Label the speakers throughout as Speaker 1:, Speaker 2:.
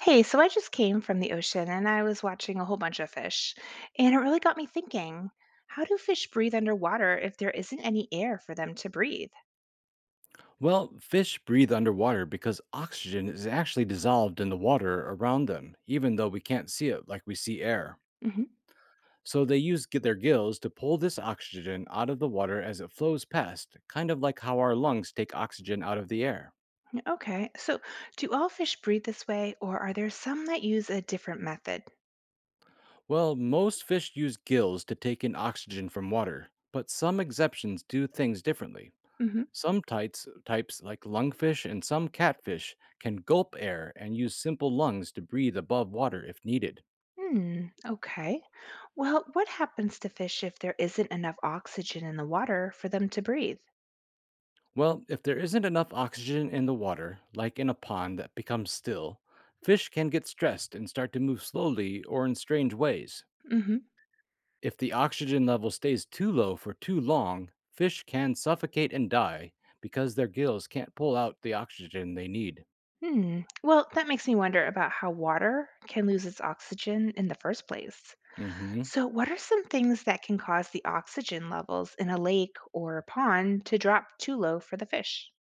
Speaker 1: Hey, so I just came from the ocean and I was watching a whole bunch of fish, and it really got me thinking, how do fish breathe underwater if there isn't any air for them to breathe?
Speaker 2: Well, fish breathe underwater because oxygen is actually dissolved in the water around them, even though we can't see it like we see air.
Speaker 1: Hmm.
Speaker 2: So they their gills to pull this oxygen out of the water as it flows past, kind of like how our lungs take oxygen out of the air.
Speaker 1: Okay, so do all fish breathe this way, or are there some that use a different method?
Speaker 2: Well, most fish use gills to take in oxygen from water, but some exceptions do things differently.
Speaker 1: Hmm.
Speaker 2: Some types like lungfish and some catfish, can gulp air and use simple lungs to breathe above water if needed.
Speaker 1: Hmm, okay. Well, what happens to fish if there isn't enough oxygen in the water for them to breathe?
Speaker 2: Well, if there isn't enough oxygen in the water, like in a pond that becomes still, fish can get stressed and start to move slowly or in strange ways.
Speaker 1: Hmm.
Speaker 2: If the oxygen level stays too low for too long, fish can suffocate and die because their gills can't pull out the oxygen they need.
Speaker 1: Hmm. Well, that makes me wonder about how water can lose its oxygen in the first place.
Speaker 2: Hmm
Speaker 1: So, what are some things that can cause the oxygen levels in a lake or a pond to drop too low for the fish?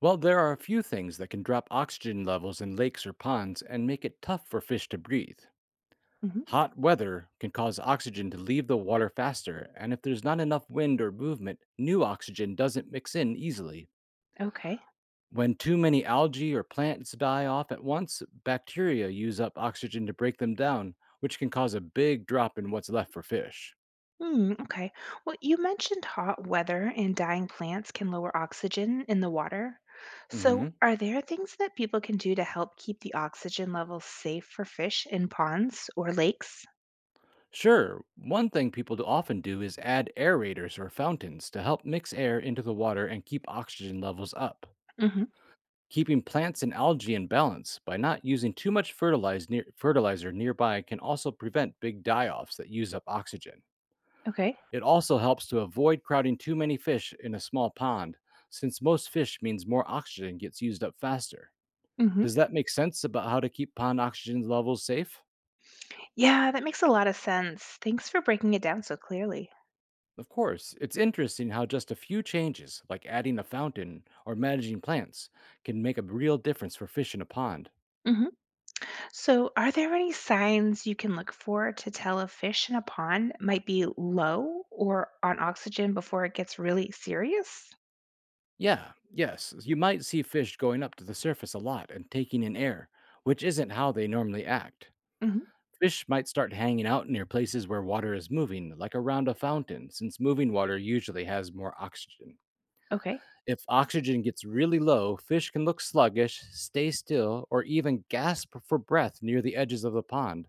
Speaker 2: Well, there are a few things that can drop oxygen levels in lakes or ponds and make it tough for fish to breathe.
Speaker 1: Mhm.
Speaker 2: Hot weather can cause oxygen to leave the water faster, and if there's not enough wind or movement, new oxygen doesn't mix in easily.
Speaker 1: Okay.
Speaker 2: When too many algae or plants die off at once, bacteria use up oxygen to break them down, which can cause a big drop in what's left for fish.
Speaker 1: Hmm, okay. Well, you mentioned hot weather and dying plants can lower oxygen in the water.
Speaker 2: Hmm
Speaker 1: So, are there things that people can do to help keep the oxygen levels safe for fish in ponds or lakes?
Speaker 2: Sure, one thing people do often do is add aerators or fountains to help mix air into the water and keep oxygen levels up.
Speaker 1: Hmm.
Speaker 2: Keeping plants and algae in balance by not using too much fertilize near, fertilizer nearby can also prevent big die offs that use up oxygen.
Speaker 1: Okay.
Speaker 2: It also helps to avoid crowding too many fish in a small pond, since most fish means more oxygen gets used up faster. Does
Speaker 1: Hmm.
Speaker 2: that make sense about how to keep pond oxygen levels safe?
Speaker 1: Yeah, that makes a lot of sense. Thanks for breaking it down so clearly.
Speaker 2: Of course, it's interesting how just a few changes, like adding a fountain or managing plants, can make a real difference for fish in a pond.
Speaker 1: Hmm. So, are there any signs you can look for to tell a fish in a pond might be low or on oxygen before it gets really serious?
Speaker 2: Yeah, yes, you might see fish going up to the surface a lot and taking in air, which isn't how they normally act.
Speaker 1: Hmm.
Speaker 2: Fish might start hanging out near places where water is moving, like around a fountain, since moving water usually has more oxygen.
Speaker 1: Okay.
Speaker 2: If oxygen gets really low, fish can look sluggish, stay still, or even gasp for breath near the edges of the pond.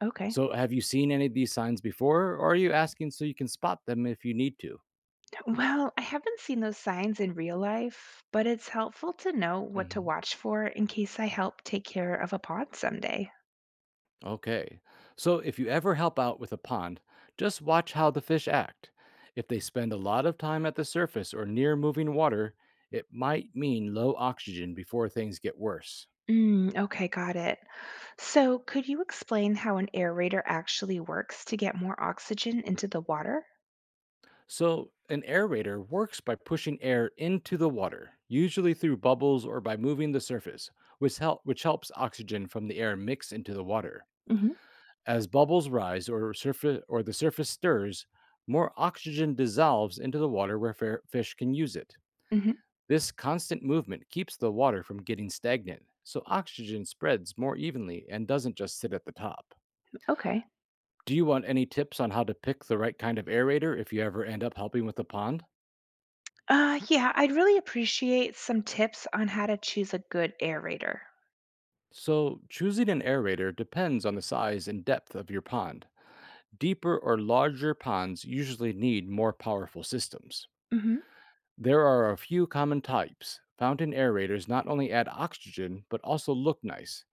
Speaker 1: Okay.
Speaker 2: So, have you seen any of these signs before, or are you asking so you can spot them if you need to?
Speaker 1: Well, I haven't seen those signs in real life, but it's helpful to know what to
Speaker 2: Mm-hmm.
Speaker 1: watch for in case I help take care of a pond someday.
Speaker 2: Okay. So if you ever help out with a pond, just watch how the fish act. If they spend a lot of time at the surface or near moving water, it might mean low oxygen before things get worse.
Speaker 1: Mm, okay, got it. So, could you explain how an aerator actually works to get more oxygen into the water?
Speaker 2: So, an aerator works by pushing air into the water, usually through bubbles or by moving the surface, which helps oxygen from the air mix into the water.
Speaker 1: Hmm.
Speaker 2: As bubbles rise, or the surface stirs, more oxygen dissolves into the water where fish can use it.
Speaker 1: Hmm.
Speaker 2: This constant movement keeps the water from getting stagnant, so oxygen spreads more evenly and doesn't just sit at the top.
Speaker 1: Okay.
Speaker 2: Do you want any tips on how to pick the right kind of aerator if you ever end up helping with a pond?
Speaker 1: Yeah, I'd really appreciate some tips on how to choose a good aerator.
Speaker 2: So, choosing an aerator depends on the size and depth of your pond. Deeper or larger ponds usually need more powerful systems.
Speaker 1: Hmm.
Speaker 2: There are a few common types. Fountain aerators not only add oxygen, but also look nice.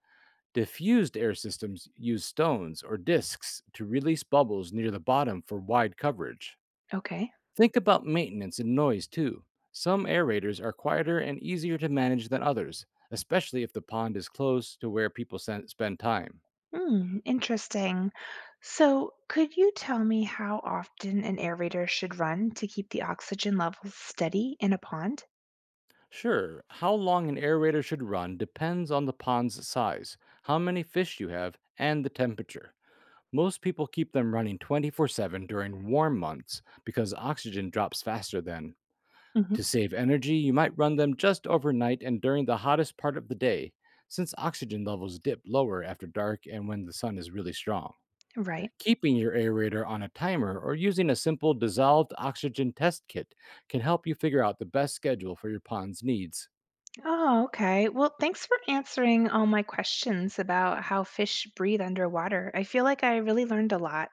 Speaker 2: Diffused air systems use stones or discs to release bubbles near the bottom for wide coverage.
Speaker 1: Okay.
Speaker 2: Think about maintenance and noise too. Some aerators are quieter and easier to manage than others, especially if the pond is close to where people spend time.
Speaker 1: Hmm, interesting. So, could you tell me how often an aerator should run to keep the oxygen levels steady in a pond?
Speaker 2: Sure, how long an aerator should run depends on the pond's size, how many fish you have, and the temperature. Most people keep them running 24/7 during warm months because oxygen drops faster then. To
Speaker 1: Hmm.
Speaker 2: save energy, you might run them just overnight and during the hottest part of the day, since oxygen levels dip lower after dark and when the sun is really strong.
Speaker 1: Right.
Speaker 2: Keeping your aerator on a timer or using a simple dissolved oxygen test kit can help you figure out the best schedule for your pond's needs.
Speaker 1: Oh, okay. Well, thanks for answering all my questions about how fish breathe underwater. I feel like I really learned a lot.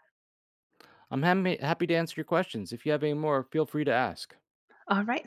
Speaker 2: I'm happy to answer your questions. If you have any more, feel free to ask.
Speaker 1: All right.